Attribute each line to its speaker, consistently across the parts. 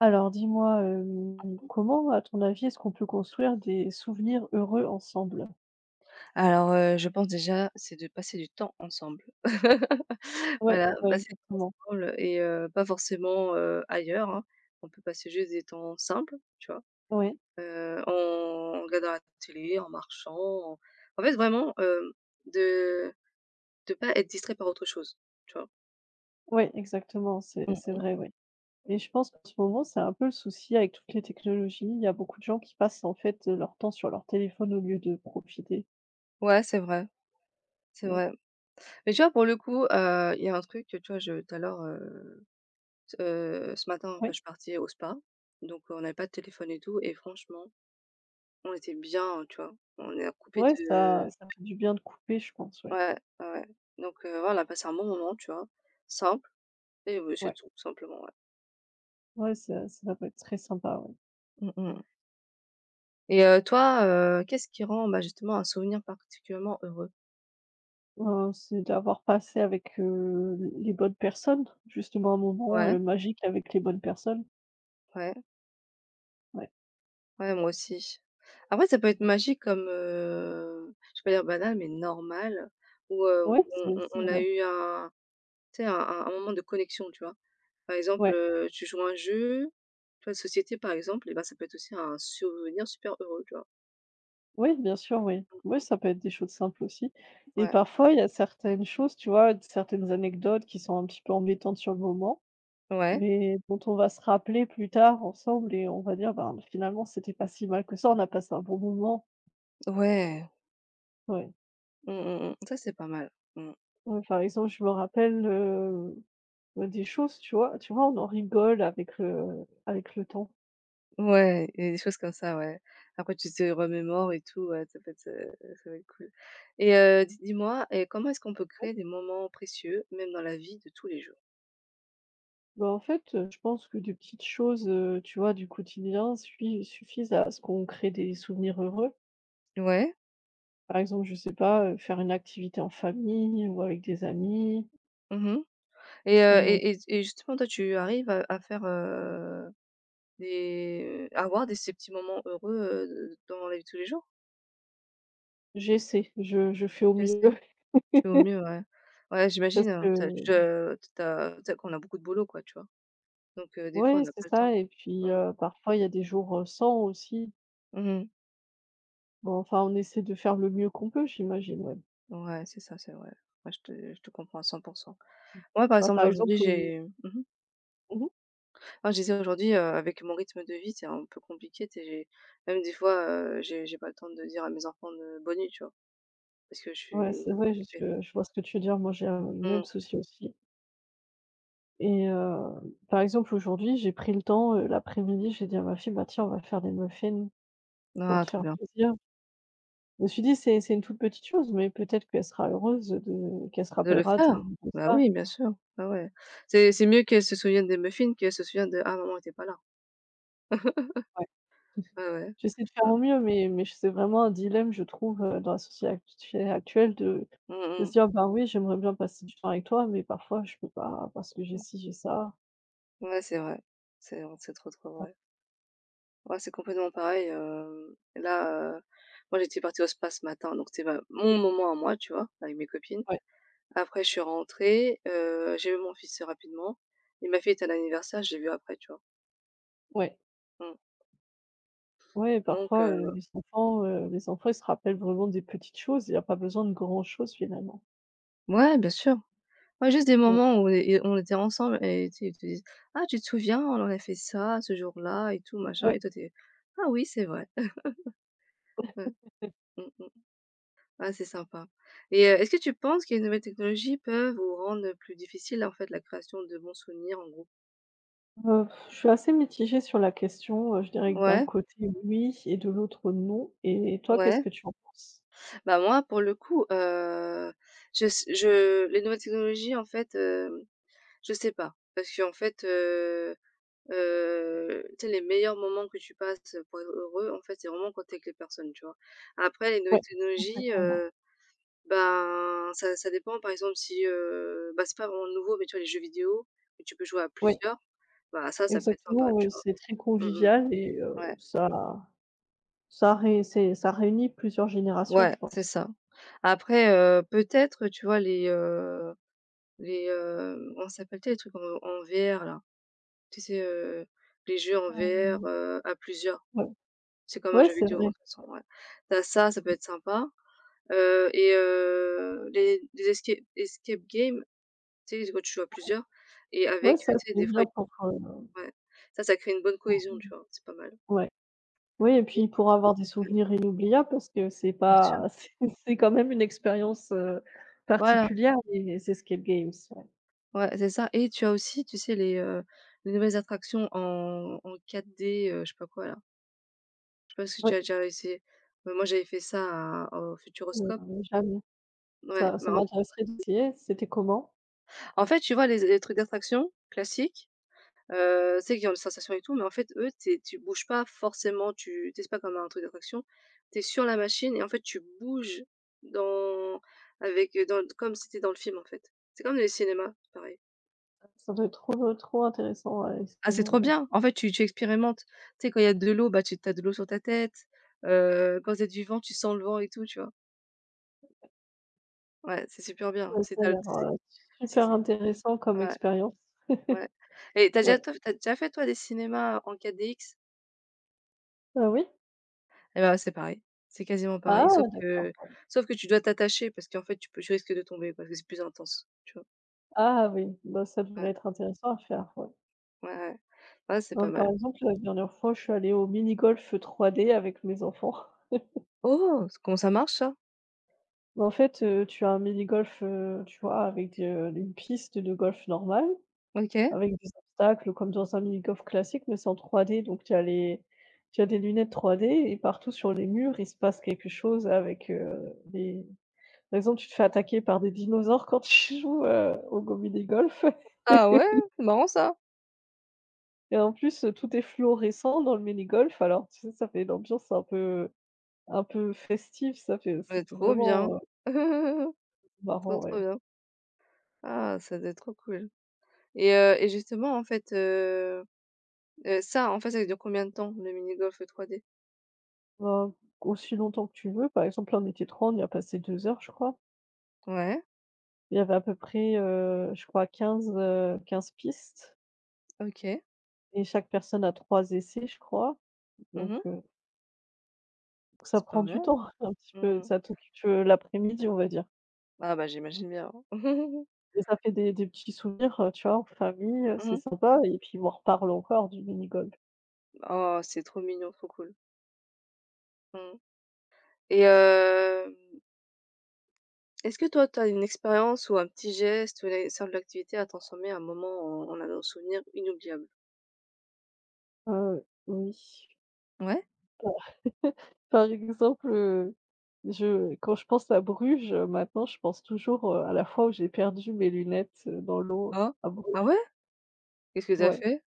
Speaker 1: Alors dis-moi, comment, à ton avis, est-ce qu'on peut construire des souvenirs heureux ensemble?
Speaker 2: Alors, je pense déjà, c'est de passer du temps ensemble.
Speaker 1: Ouais,
Speaker 2: Voilà,
Speaker 1: ouais,
Speaker 2: passer du temps
Speaker 1: exactement.
Speaker 2: ensemble et pas forcément, ailleurs, hein. On peut passer juste des temps simples, tu vois?
Speaker 1: Ouais,
Speaker 2: En regardant la télé, en marchant, en fait, vraiment, de de pas être distrait par autre chose, tu vois?
Speaker 1: ouais, exactement, c'est
Speaker 2: Mmh.
Speaker 1: vrai, ouais, et je pense qu'en ce moment, c'est un peu le souci avec toutes les technologies. Il y a beaucoup de gens qui passent, en fait, leur temps sur leur téléphone au lieu de profiter.
Speaker 2: Ouais, c'est vrai, c'est
Speaker 1: Ouais,
Speaker 2: vrai. Mais tu vois, pour le coup, il y a un truc, tu vois, je tout à l'heure, ce matin, en je
Speaker 1: ouais,
Speaker 2: suis partie au spa, donc on n'avait pas de téléphone et tout et franchement, on était bien, tu vois? On a coupé
Speaker 1: ouais, ça
Speaker 2: de.
Speaker 1: ça fait du bien de couper, je pense, ouais.
Speaker 2: Ouais, ouais, ouais. Donc ouais, on a passé un bon moment, tu vois? Simple et oui, c'est
Speaker 1: Ouais,
Speaker 2: tout, simplement, ouais.
Speaker 1: ouais, ça peut être très sympa, ouais.
Speaker 2: Mmh mh. Et toi, qu'est-ce qui rend, bah, justement un souvenir particulièrement heureux?
Speaker 1: C'est d'avoir passé avec, les bonnes personnes, justement, un moment,
Speaker 2: Ouais,
Speaker 1: magique avec les bonnes personnes.
Speaker 2: ouais,
Speaker 1: Ouais.
Speaker 2: ouais, moi aussi. Après, ça peut être magique comme, je vais pas dire banal, mais normal où,
Speaker 1: Ouais,
Speaker 2: on
Speaker 1: c'est
Speaker 2: on
Speaker 1: c'est
Speaker 2: on a
Speaker 1: vrai.
Speaker 2: eu un tu sais, un moment de connexion, tu vois? Par exemple,
Speaker 1: Ouais,
Speaker 2: tu joues à un jeu, tu vois? De société, par exemple, et ben ça peut être aussi un souvenir super heureux, tu vois?
Speaker 1: oui, bien sûr, oui. Oui,
Speaker 2: Mmh.
Speaker 1: ça peut être des choses simples aussi, et
Speaker 2: Ouais.
Speaker 1: parfois, il y a certaines choses, tu vois, certaines anecdotes qui sont un petit peu embêtantes sur le moment,
Speaker 2: Ouais.
Speaker 1: mais dont on va se rappeler plus tard ensemble et on va dire: «Ben, finalement, c'était pas si mal que ça, on a passé un bon moment».
Speaker 2: Ouais.
Speaker 1: Ouais.
Speaker 2: Mmh, mmh, mmh. Ça, c'est pas mal. Mmh.
Speaker 1: Ouais, par exemple, je me rappelle, bah, des choses, tu vois, on en rigole avec le temps.
Speaker 2: Ouais, il des choses comme ça, ouais. Après, tu te remémores et tout, ouais, ça peut être, ça va être cool et dis-moi et comment est-ce qu'on peut
Speaker 1: Ouais.
Speaker 2: créer des moments précieux, même dans la vie de tous les jours?
Speaker 1: Bah, en fait, je pense que des petites choses, tu vois, du quotidien suffisent à ce qu'on crée des souvenirs heureux.
Speaker 2: Ouais.
Speaker 1: Par exemple, je sais pas, faire une activité en famille ou avec des amis,
Speaker 2: Mmh. et heu
Speaker 1: heu,
Speaker 2: et et et justement, toi, tu arrives à faire, des à avoir des ces petits moments heureux, dans la vie de tous les jours?
Speaker 1: j'essaie, je fais au
Speaker 2: Tu
Speaker 1: mieux
Speaker 2: essaies? Tu fais au mieux, ouais. Ouais,
Speaker 1: parce
Speaker 2: j'imagine, hein, tu
Speaker 1: que
Speaker 2: tu as tu as tu as qu'on a beaucoup de boulot, quoi, tu vois? Donc des fois, on
Speaker 1: ouais,
Speaker 2: n'a
Speaker 1: c'est
Speaker 2: pas le temps.
Speaker 1: ça et
Speaker 2: Mmh.
Speaker 1: puis, parfois il y a des jours, sans aussi.
Speaker 2: Mmh.
Speaker 1: Bon, enfin, on essaie de faire le mieux qu'on peut, j'imagine, ouais.
Speaker 2: Ouais, c'est ça, c'est vrai. Ouais, je te comprends à 100. Moi, par
Speaker 1: Bah,
Speaker 2: exemple,
Speaker 1: par
Speaker 2: aujourd'hui,
Speaker 1: exemple,
Speaker 2: j'ai. Mmh
Speaker 1: mmh.
Speaker 2: Ah, je disais aujourd'hui, avec mon rythme de vie, c'est un peu compliqué, tu sais, j'ai même des fois, j'ai pas le temps de dire à mes enfants de bonne nuit, tu vois? Parce que je
Speaker 1: Ouais,
Speaker 2: suis
Speaker 1: c'est vrai,
Speaker 2: occupée.
Speaker 1: je vois ce que tu veux dire. Moi, j'ai, le même
Speaker 2: Mmh.
Speaker 1: souci aussi, et par exemple, aujourd'hui, j'ai pris le temps, l'après-midi, j'ai dit à ma fille: «Bah, tiens, on va faire des muffins pour
Speaker 2: Ah,
Speaker 1: te
Speaker 2: trop
Speaker 1: faire
Speaker 2: bien.
Speaker 1: plaisir». Je me suis dit: «C'est une toute petite chose, mais peut-être qu'elle sera heureuse de qu'elle se
Speaker 2: De le
Speaker 1: rappellera de
Speaker 2: faire?
Speaker 1: de
Speaker 2: Bah
Speaker 1: ça».
Speaker 2: oui, bien sûr. Ah ouais. C'est mieux qu'elles se souviennent des muffins qu'elles se souviennent de: «Ah, maman était pas là».
Speaker 1: Ouais.
Speaker 2: Ah, ouais, ouais.
Speaker 1: J'essaie de faire au
Speaker 2: Mmh.
Speaker 1: mieux, mais je c'est vraiment un dilemme, je trouve, dans la société actuelle de se
Speaker 2: Mmh.
Speaker 1: dire: «Ben oui, j'aimerais bien passer du temps avec toi, mais parfois je peux pas parce que j'ai ci, j'ai ça».
Speaker 2: Ouais, c'est vrai. C'est trop, trop vrai. Ouais, c'est complètement pareil, là, moi j'étais partie au spa ce matin, donc c'était ma mon moment à moi, tu vois? Avec mes copines.
Speaker 1: Ouais,
Speaker 2: Après je suis rentrée, j'ai vu mon fils rapidement et ma fille était à l'anniversaire, j'ai vu après, tu vois?
Speaker 1: ouais,
Speaker 2: Mmh,
Speaker 1: ouais,
Speaker 2: donc
Speaker 1: parfois, les enfants, ils se rappellent vraiment des petites choses, il y a pas besoin de grand chose finalement.
Speaker 2: ouais, bien sûr. Ouais, juste des
Speaker 1: Ouais.
Speaker 2: moments où et on était ensemble et tu ils te disent: «Ah, tu te souviens, on en a fait ça, ce jour-là et tout machin»
Speaker 1: Ouais.
Speaker 2: et toi tu «Ah oui, c'est vrai». Mmh, mmh. Ah, c'est sympa et est-ce que tu penses que les nouvelles technologies peuvent ou rendre plus difficile, en fait, la création de bons souvenirs en groupe?
Speaker 1: Je suis assez mitigée sur la question, je dirais que d'un
Speaker 2: Ouais,
Speaker 1: côté oui et de l'autre non, et toi qu'est-ce
Speaker 2: ouais.
Speaker 1: que tu en penses?
Speaker 2: Bah, moi, pour le coup, je s je les nouvelles technologies, en fait, je sais pas parce qu'en fait, tu sais, les meilleurs moments que tu passes pour être heureux, en fait, c'est vraiment quand t'es avec les personnes, tu vois? Après les
Speaker 1: Oui,
Speaker 2: nouvelles technologies,
Speaker 1: exactement.
Speaker 2: ben, ça dépend, par exemple, si, bah, c'est pas vraiment nouveau, mais tu vois, les jeux vidéo, où tu peux jouer à
Speaker 1: Oui,
Speaker 2: plusieurs. Bah, ça peut être
Speaker 1: exactement,
Speaker 2: sympa, tu
Speaker 1: oui,
Speaker 2: vois?
Speaker 1: c'est très
Speaker 2: Mmh mh.
Speaker 1: convivial, et
Speaker 2: Ouais.
Speaker 1: ça ça ré c'est ça réunit plusieurs générations,
Speaker 2: Ouais,
Speaker 1: je
Speaker 2: c'est
Speaker 1: pense.
Speaker 2: ça. Après, peut-être, tu vois, les, comment ça s'appelle? Tu sais, les trucs en VR là? Tu sais, les jeux en VR, à plusieurs.
Speaker 1: Ouais,
Speaker 2: C'est comme un
Speaker 1: ouais,
Speaker 2: jeu
Speaker 1: c'est
Speaker 2: vidéo,
Speaker 1: vrai.
Speaker 2: hein, de toute façon, ouais. Tu Ça peut être sympa, et les escape games, tu sais, quand tu joues à plusieurs et
Speaker 1: Ouais,
Speaker 2: avec,
Speaker 1: ça
Speaker 2: tu sais,
Speaker 1: c'est
Speaker 2: des fois.
Speaker 1: bien pour,
Speaker 2: Ouais, ça crée une bonne cohésion, tu vois? C'est pas mal.
Speaker 1: ouais. Oui et
Speaker 2: Oui,
Speaker 1: puis pour avoir des
Speaker 2: mmh.
Speaker 1: souvenirs inoubliables parce que c'est
Speaker 2: Bien sûr,
Speaker 1: pas c'est quand même une expérience,
Speaker 2: voilà.
Speaker 1: particulière, les escape games, ouais.
Speaker 2: Ouais, c'est ça et tu as aussi, tu sais, les nouvelles attractions en 4D, je sais pas quoi là. Je sais pas si tu
Speaker 1: Oui,
Speaker 2: as déjà essayé? Bah, moi, j'avais fait ça à au
Speaker 1: heu,
Speaker 2: Futuroscope.
Speaker 1: jamais.
Speaker 2: Ouais,
Speaker 1: Ça
Speaker 2: mais en
Speaker 1: m'intéresserait d'essayer. C'était comment?
Speaker 2: en fait, tu vois, les trucs d'attraction classiques, tu sais, ont des sensations et tout, mais en fait, eux, t'es tu bouges pas forcément, tu t'es c'est pas comme un truc d'attraction. Tu es sur la machine et en fait, tu bouges dans avec, dans comme si tu dans le film, en fait. C'est comme les cinémas, pareil.
Speaker 1: Ça doit être trop, trop intéressant à
Speaker 2: Ah,
Speaker 1: essayer,
Speaker 2: c'est trop
Speaker 1: ouais.
Speaker 2: bien! En fait, tu expérimentes. Tu sais, quand il y a de l'eau, bah, tu as de l'eau sur ta tête, quand il y a du vent, tu sens le vent et tout, tu vois? Ouais, c'est super bien.
Speaker 1: Ouais,
Speaker 2: C'est
Speaker 1: ça a
Speaker 2: tu
Speaker 1: l'air, super
Speaker 2: c'est
Speaker 1: intéressant comme
Speaker 2: ouais,
Speaker 1: expérience.
Speaker 2: ouais et t'as déjà
Speaker 1: Ouais.
Speaker 2: toi t'as déjà fait, toi, des cinémas en 4 X.
Speaker 1: Ah oui?
Speaker 2: Eh ben c'est pareil, c'est quasiment
Speaker 1: Ah
Speaker 2: pareil, sauf
Speaker 1: d'accord,
Speaker 2: que
Speaker 1: ouais.
Speaker 2: sauf que tu dois t'attacher parce qu'en fait, tu risques de tomber parce que c'est plus intense, tu vois?
Speaker 1: Ah oui, bah, ça devrait
Speaker 2: Ouais,
Speaker 1: être intéressant à faire, ouais.
Speaker 2: ouais, ouais. Ouais, c'est
Speaker 1: Ben,
Speaker 2: pas
Speaker 1: par
Speaker 2: mal.
Speaker 1: exemple, la dernière fois, je suis allée au mini-golf 3D avec mes enfants.
Speaker 2: Oh! C Comment ça marche, ça?
Speaker 1: En fait, tu as un mini-golf, tu vois, avec, une piste de golf normale
Speaker 2: OK.
Speaker 1: avec des obstacles comme dans un mini golf classique, mais c'est en 3D, donc tu as des lunettes 3D et partout sur les murs, il se passe quelque chose avec, des par exemple, tu te fais attaquer par des dinosaures quand tu joues, au go mini golf
Speaker 2: Ah ouais? C'est marrant ça!
Speaker 1: et en plus, tout est fluorescent dans le mini golf, alors tu sais, ça fait une ambiance un peu festive, ça fait ça
Speaker 2: Mais
Speaker 1: fait
Speaker 2: trop bien!
Speaker 1: vraiment,
Speaker 2: Trop,
Speaker 1: marrant,
Speaker 2: trop
Speaker 1: ouais.
Speaker 2: bien. Ah, ça doit être trop cool et et justement, en fait, ça, en fait, ça dure combien de temps, le mini-golf 3D?
Speaker 1: Ben, aussi longtemps que tu veux, par exemple, là, on était 30, on y a passé 2 heures, je crois.
Speaker 2: Ouais,
Speaker 1: Il y avait à peu près, je crois 15 15 pistes
Speaker 2: OK.
Speaker 1: et chaque personne a 3 essais, je crois. Donc
Speaker 2: Mmh.
Speaker 1: ça
Speaker 2: C'est
Speaker 1: prend
Speaker 2: pas mal.
Speaker 1: du temps un petit peu,
Speaker 2: Mmh.
Speaker 1: ça t'occupe, l'après-midi, on va dire,
Speaker 2: Ah bah, j'imagine bien.
Speaker 1: et ça fait des petits souvenirs, tu vois, en famille, c'est
Speaker 2: Mmh.
Speaker 1: sympa et puis, on en reparle encore du mini-golf.
Speaker 2: Oh, c'est trop mignon, trop cool. Mmh. Et est-ce que toi, tu as une expérience ou un petit geste ou une sorte activité à transformer à un moment en un souvenir inoubliable?
Speaker 1: Oui.
Speaker 2: Ouais.
Speaker 1: Par exemple, je quand je pense à Bruges, maintenant, je pense toujours, à la fois où j'ai perdu mes lunettes, dans l'eau
Speaker 2: Ah,
Speaker 1: à
Speaker 2: ah
Speaker 1: Bruges.
Speaker 2: ouais? Qu'est-ce que t'as
Speaker 1: Ouais.
Speaker 2: fait?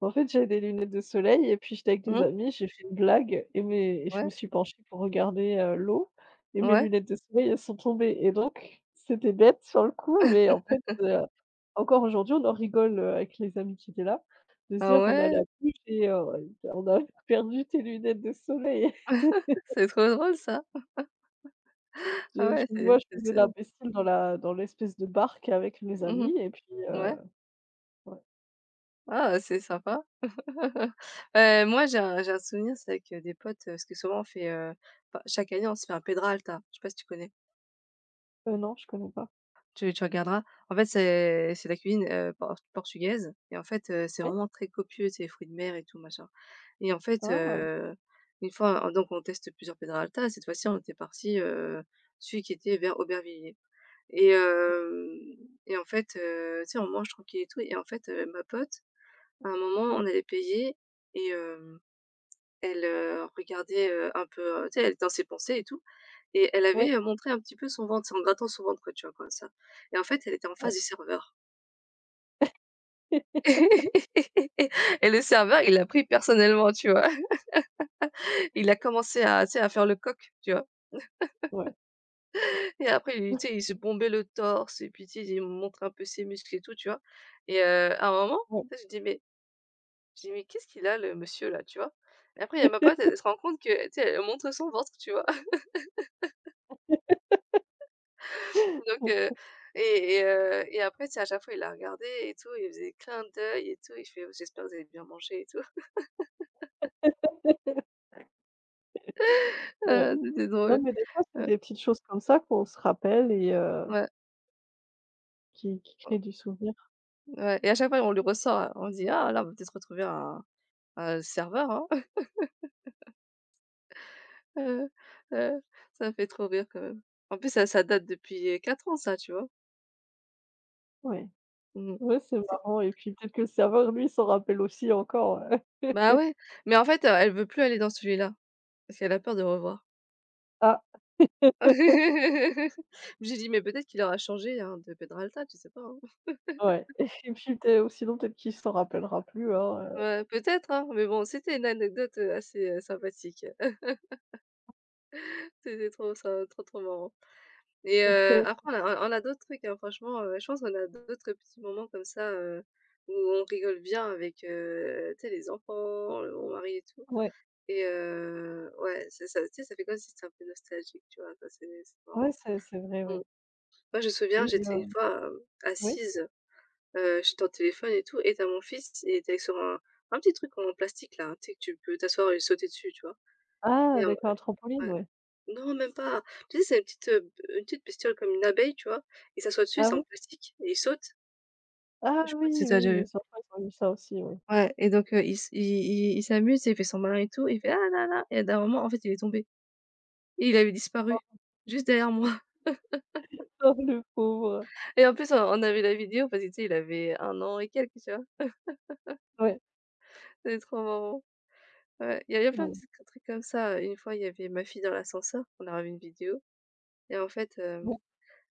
Speaker 1: En fait, j'avais des lunettes de soleil et puis j'étais avec des
Speaker 2: Mmh.
Speaker 1: amis, j'ai fait une blague et mes et je me
Speaker 2: Ouais,
Speaker 1: suis penchée pour regarder, l'eau et mes
Speaker 2: ouais.
Speaker 1: lunettes de soleil, elles sont tombées et donc c'était bête sur le coup, mais en fait, encore aujourd'hui, on en rigole, avec les amis qui étaient là, de se
Speaker 2: Ah
Speaker 1: dire: «On est à la
Speaker 2: ouais,
Speaker 1: bouche et on a perdu tes lunettes de soleil».
Speaker 2: c'est trop drôle ça. Ah
Speaker 1: Je
Speaker 2: ouais,
Speaker 1: me vois, je faisais
Speaker 2: c'est.
Speaker 1: l'imbécile dans l'espèce de barque avec mes
Speaker 2: Mmh mh.
Speaker 1: amis et puis, heu
Speaker 2: Ouais.
Speaker 1: Ouais.
Speaker 2: Ah, c'est sympa. Moi, j'ai un souvenir, c'est avec, des potes, parce que souvent on fait, enfin, chaque année, on se fait un Pedra Alta. Je sais pas si tu connais?
Speaker 1: Non, je connais pas.
Speaker 2: Tu regarderas. En fait, c'est de la cuisine, portugaise et en fait, c'est
Speaker 1: Oui?
Speaker 2: vraiment très copieux, c'est fruits de mer et tout machin et en fait,
Speaker 1: Ah!
Speaker 2: une fois, donc on teste plusieurs Pedra Alta. Cette fois-ci, on était partis, celui qui était vers Aubervilliers et hem et en fait, tu sais, on mange tranquille et tout et en fait, ma pote. À un moment,
Speaker 1: Oui,
Speaker 2: on allait payer et elle, regardait, un peu, tu sais, elle était dans ses pensées et tout et elle
Speaker 1: oui,
Speaker 2: avait, montré un petit peu son ventre, c'est en grattant son ventre, quoi, tu vois, comme ça et en fait, elle était en
Speaker 1: ouais.
Speaker 2: face du serveur. Et le serveur, il l'a pris personnellement, tu vois? Il a commencé à, tu sais, à faire le coq, tu vois?
Speaker 1: Ouais,
Speaker 2: Et après, il tu sais, il se bombait le torse et puis, tu sais, il montrait un peu ses muscles et tout, tu vois? Et à un moment,
Speaker 1: ouais.
Speaker 2: tu sais, je dis: «Mais qu'est-ce qu'il a le monsieur là?» tu vois? Et après, il y a ma pote, elle se rend compte que, tu sais, elle montre son ventre, tu vois? Donc
Speaker 1: Mmh,
Speaker 2: heu et et heu et après, tu sais, à chaque fois, il la regardait et tout, il faisait clin d'œil et tout. Il fait: «J'espère que vous avez bien mangé et tout».
Speaker 1: ouais.
Speaker 2: C'était
Speaker 1: Non,
Speaker 2: drôle.
Speaker 1: mais des fois, c'est
Speaker 2: Heu,
Speaker 1: des petites choses comme ça qu'on se rappelle, et
Speaker 2: ouais,
Speaker 1: qui
Speaker 2: mmh,
Speaker 1: créent du souvenir.
Speaker 2: ouais et à chaque fois, on lui ressort, hein, on dit: «Ah là, on va peut-être retrouver un serveur, hein». Heu, heu, ça me fait trop rire quand même. En plus, ça date depuis, 4 ans ça, tu vois?
Speaker 1: Ouais.
Speaker 2: Mmh.
Speaker 1: Ouais, c'est
Speaker 2: C'est
Speaker 1: marrant et puis peut-être que le serveur, lui, s'en rappelle aussi encore.
Speaker 2: bah ouais, mais en fait, elle veut plus aller dans celui-là parce qu'elle a peur de revoir.
Speaker 1: Ah!
Speaker 2: J'ai dit: «Mais peut-être qu'il aura changé, hein, de Pedralta, tu sais pas, hein».
Speaker 1: Ouais et puis peut-ê ou sinon peut-être qu'il s'en rappellera plus, hein,
Speaker 2: Ouais, peut-être, hein, mais bon, c'était une anecdote, assez, sympathique. C'était trop ça, trop, trop marrant et
Speaker 1: heu.
Speaker 2: après on a d'autres trucs, hein, franchement, je pense qu'on a d'autres petits moments comme ça, où on rigole bien avec, tu sais, les enfants, le mon mari et tout
Speaker 1: Ouais.
Speaker 2: et ouais, c'est ça, tu sais, ça fait comme si c'était un peu nostalgique, tu vois? Ça, c'est
Speaker 1: Ouais,
Speaker 2: marrant.
Speaker 1: c'est vrai,
Speaker 2: Mmh.
Speaker 1: ouais,
Speaker 2: Moi, je me souviens,
Speaker 1: et
Speaker 2: j'étais une fois,
Speaker 1: oui?
Speaker 2: assise, j'étais au téléphone et tout et tu mon fils, il était sur un petit truc en plastique là, tu sais, que tu peux t'asseoir et sauter dessus, tu vois?
Speaker 1: Ah d'accord, trampoline,
Speaker 2: Ouais.
Speaker 1: ouais.
Speaker 2: Non, même pas. Tu sais, c'est une petite bestiole comme une abeille, tu vois? Il s'assoit dessus,
Speaker 1: Ah
Speaker 2: c'est
Speaker 1: oui?
Speaker 2: en plastique et il saute.
Speaker 1: Ah
Speaker 2: Je sais
Speaker 1: oui,
Speaker 2: pas si tu as
Speaker 1: oui,
Speaker 2: déjà
Speaker 1: mes
Speaker 2: vu.
Speaker 1: enfants, ils ont eu ça aussi, oui.
Speaker 2: Ouais et donc, il s'amuse, il fait son malin et tout, il fait: «Ah là là» et au bout d'un moment, en fait, il est tombé et il avait disparu, juste derrière moi.
Speaker 1: Oh le pauvre!
Speaker 2: Et en plus, on avait la vidéo parce que, tu sais, il avait un an et quelques, tu vois?
Speaker 1: Ouais,
Speaker 2: C'était trop marrant. Ouais, il y avait plein de
Speaker 1: ouais,
Speaker 2: petits trucs comme ça. Une fois, il y avait ma fille dans l'ascenseur, on a ramené une vidéo et en fait,
Speaker 1: ouais,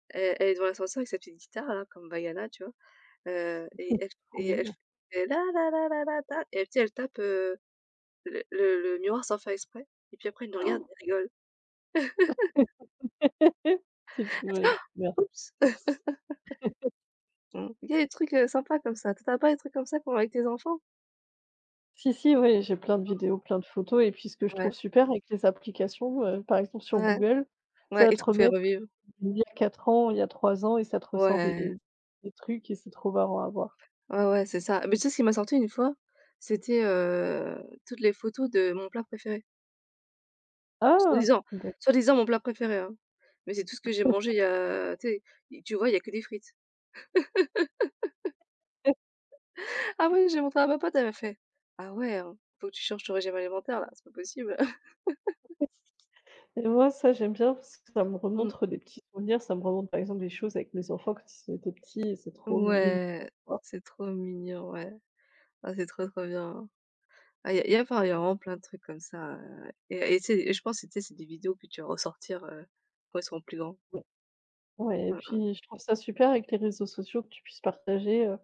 Speaker 2: elle est devant l'ascenseur avec sa petite guitare là, comme Vaiana, tu vois? Et elle
Speaker 1: trop mignon.
Speaker 2: fait la la la la la ta et elle, tu sais, elle tape, le miroir sans faire exprès et puis après elle nous regarde et elle rigole.
Speaker 1: C'est
Speaker 2: Elle fait:
Speaker 1: ouais,
Speaker 2: «Ah!
Speaker 1: mer
Speaker 2: Oups!» Il y a des trucs, sympas comme ça. T'as pas des trucs comme ça pour avec tes enfants?
Speaker 1: si, si, ouais, j'ai plein de vidéos, plein de photos et puis ce que je
Speaker 2: Ouais,
Speaker 1: trouve super avec les applications, par exemple sur
Speaker 2: ouais,
Speaker 1: Google, ça
Speaker 2: ouais
Speaker 1: va
Speaker 2: et
Speaker 1: te
Speaker 2: te refait
Speaker 1: remettre
Speaker 2: revivre.
Speaker 1: il y a 4 ans, il y a 3 ans et ça te ressort
Speaker 2: Ouais,
Speaker 1: des trucs et c'est trop marrant à voir.
Speaker 2: ouais, ouais, c'est ça. Mais tu sais ce qui m'a sorti une fois? C'était, toutes les photos de mon plat préféré.
Speaker 1: Ah!
Speaker 2: Soi-disant
Speaker 1: D'accord.
Speaker 2: soi-disant mon plat préféré, hein. Mais c'est tout ce que j'ai mangé il y a, tu sais, tu vois, il y a que des frites. Ah oui, j'ai montré à ma pote, elle m'a fait: «Ah ouais, hein, faut que tu changes ton régime alimentaire là, c'est pas possible».
Speaker 1: Et moi, ça, j'aime bien parce que ça me
Speaker 2: Mmh.
Speaker 1: remonte des petits souvenirs. Ça me remonte, par exemple, des choses avec mes enfants quand ils étaient petits et c'est trop mignon,
Speaker 2: Ouais,
Speaker 1: quoi.
Speaker 2: c'est trop mignon, ouais. Ah, c'est trop, trop bien. Ah, il y a enfin, y a vraiment plein de trucs comme ça, et tu et je pense que, tu sais, c'est des vidéos que tu vas ressortir, quand ils seront plus grands.
Speaker 1: Ouais. Ouais et
Speaker 2: Mmh mh.
Speaker 1: puis, je trouve ça super avec les réseaux sociaux que tu puisses partager,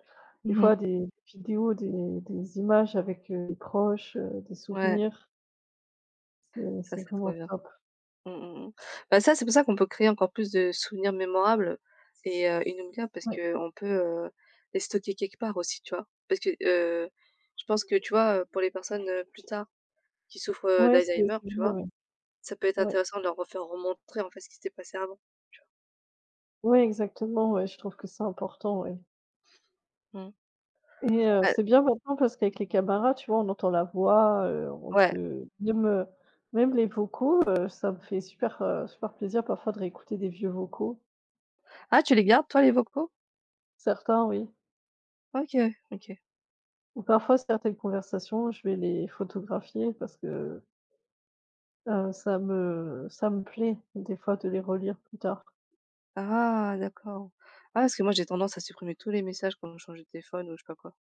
Speaker 1: des fois
Speaker 2: Mmh.
Speaker 1: des vidéos, des images avec, des proches, des
Speaker 2: Ouais,
Speaker 1: souvenirs. C'est
Speaker 2: ça,
Speaker 1: c'est
Speaker 2: c'est trop
Speaker 1: vraiment
Speaker 2: bien.
Speaker 1: top.
Speaker 2: Mmh mh, mmh. Bah, ça, c'est pour ça qu'on peut créer encore plus de souvenirs mémorables et inoubliables parce
Speaker 1: Ouais.
Speaker 2: que on peut, heu, les stocker quelque part aussi, tu vois? Parce que, je pense que, tu vois, pour les personnes, plus tard qui souffrent,
Speaker 1: Ouais, c'est
Speaker 2: d'Alzheimer,
Speaker 1: c'est
Speaker 2: tu
Speaker 1: mieux,
Speaker 2: vois?
Speaker 1: ouais.
Speaker 2: Ça peut être
Speaker 1: Ouais.
Speaker 2: intéressant de leur refaire remontrer, en fait, ce qui s'était passé avant, tu
Speaker 1: Ouais, exactement, ouais, je trouve que c'est important, ouais.
Speaker 2: vois? Mmh.
Speaker 1: Et
Speaker 2: Ah
Speaker 1: c'est bien maintenant parce qu'avec les camarades, tu vois, on entend la voix, on
Speaker 2: ouais.
Speaker 1: peut même les vocaux, ça me fait super, super plaisir parfois de réécouter des vieux vocaux.
Speaker 2: Ah, tu les gardes toi les vocaux?
Speaker 1: Certains, oui,
Speaker 2: OK, OK.
Speaker 1: ou parfois certaines conversations, je vais les photographier parce que, ça me plaît des fois de les relire plus tard.
Speaker 2: Ah d'accord. Ah parce que moi j'ai tendance à supprimer tous les messages quand je change de téléphone ou je sais pas quoi.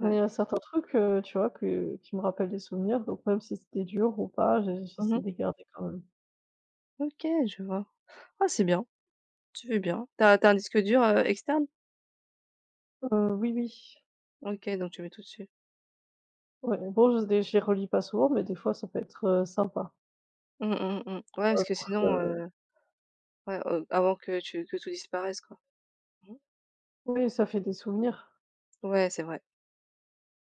Speaker 2: Ouais.
Speaker 1: Mais, certains trucs, tu vois, que qui me rappellent des souvenirs, donc même si c'était dur ou pas, j'essaie
Speaker 2: Mmh.
Speaker 1: de les garder quand même.
Speaker 2: OK, je vois. Ah c'est bien, tu fais bien. T'as un disque dur, externe?
Speaker 1: Oui, oui,
Speaker 2: OK, donc tu mets tout dessus.
Speaker 1: ouais, bon, je les relis pas souvent, mais des fois ça peut être, sympa.
Speaker 2: Mmh mh, mmh. Ouais parce
Speaker 1: Ah
Speaker 2: que sinon,
Speaker 1: franchement,
Speaker 2: ouais, avant que tu que tout disparaisse, quoi. Mmh.
Speaker 1: oui, ça fait des souvenirs.
Speaker 2: Ouais, c'est vrai.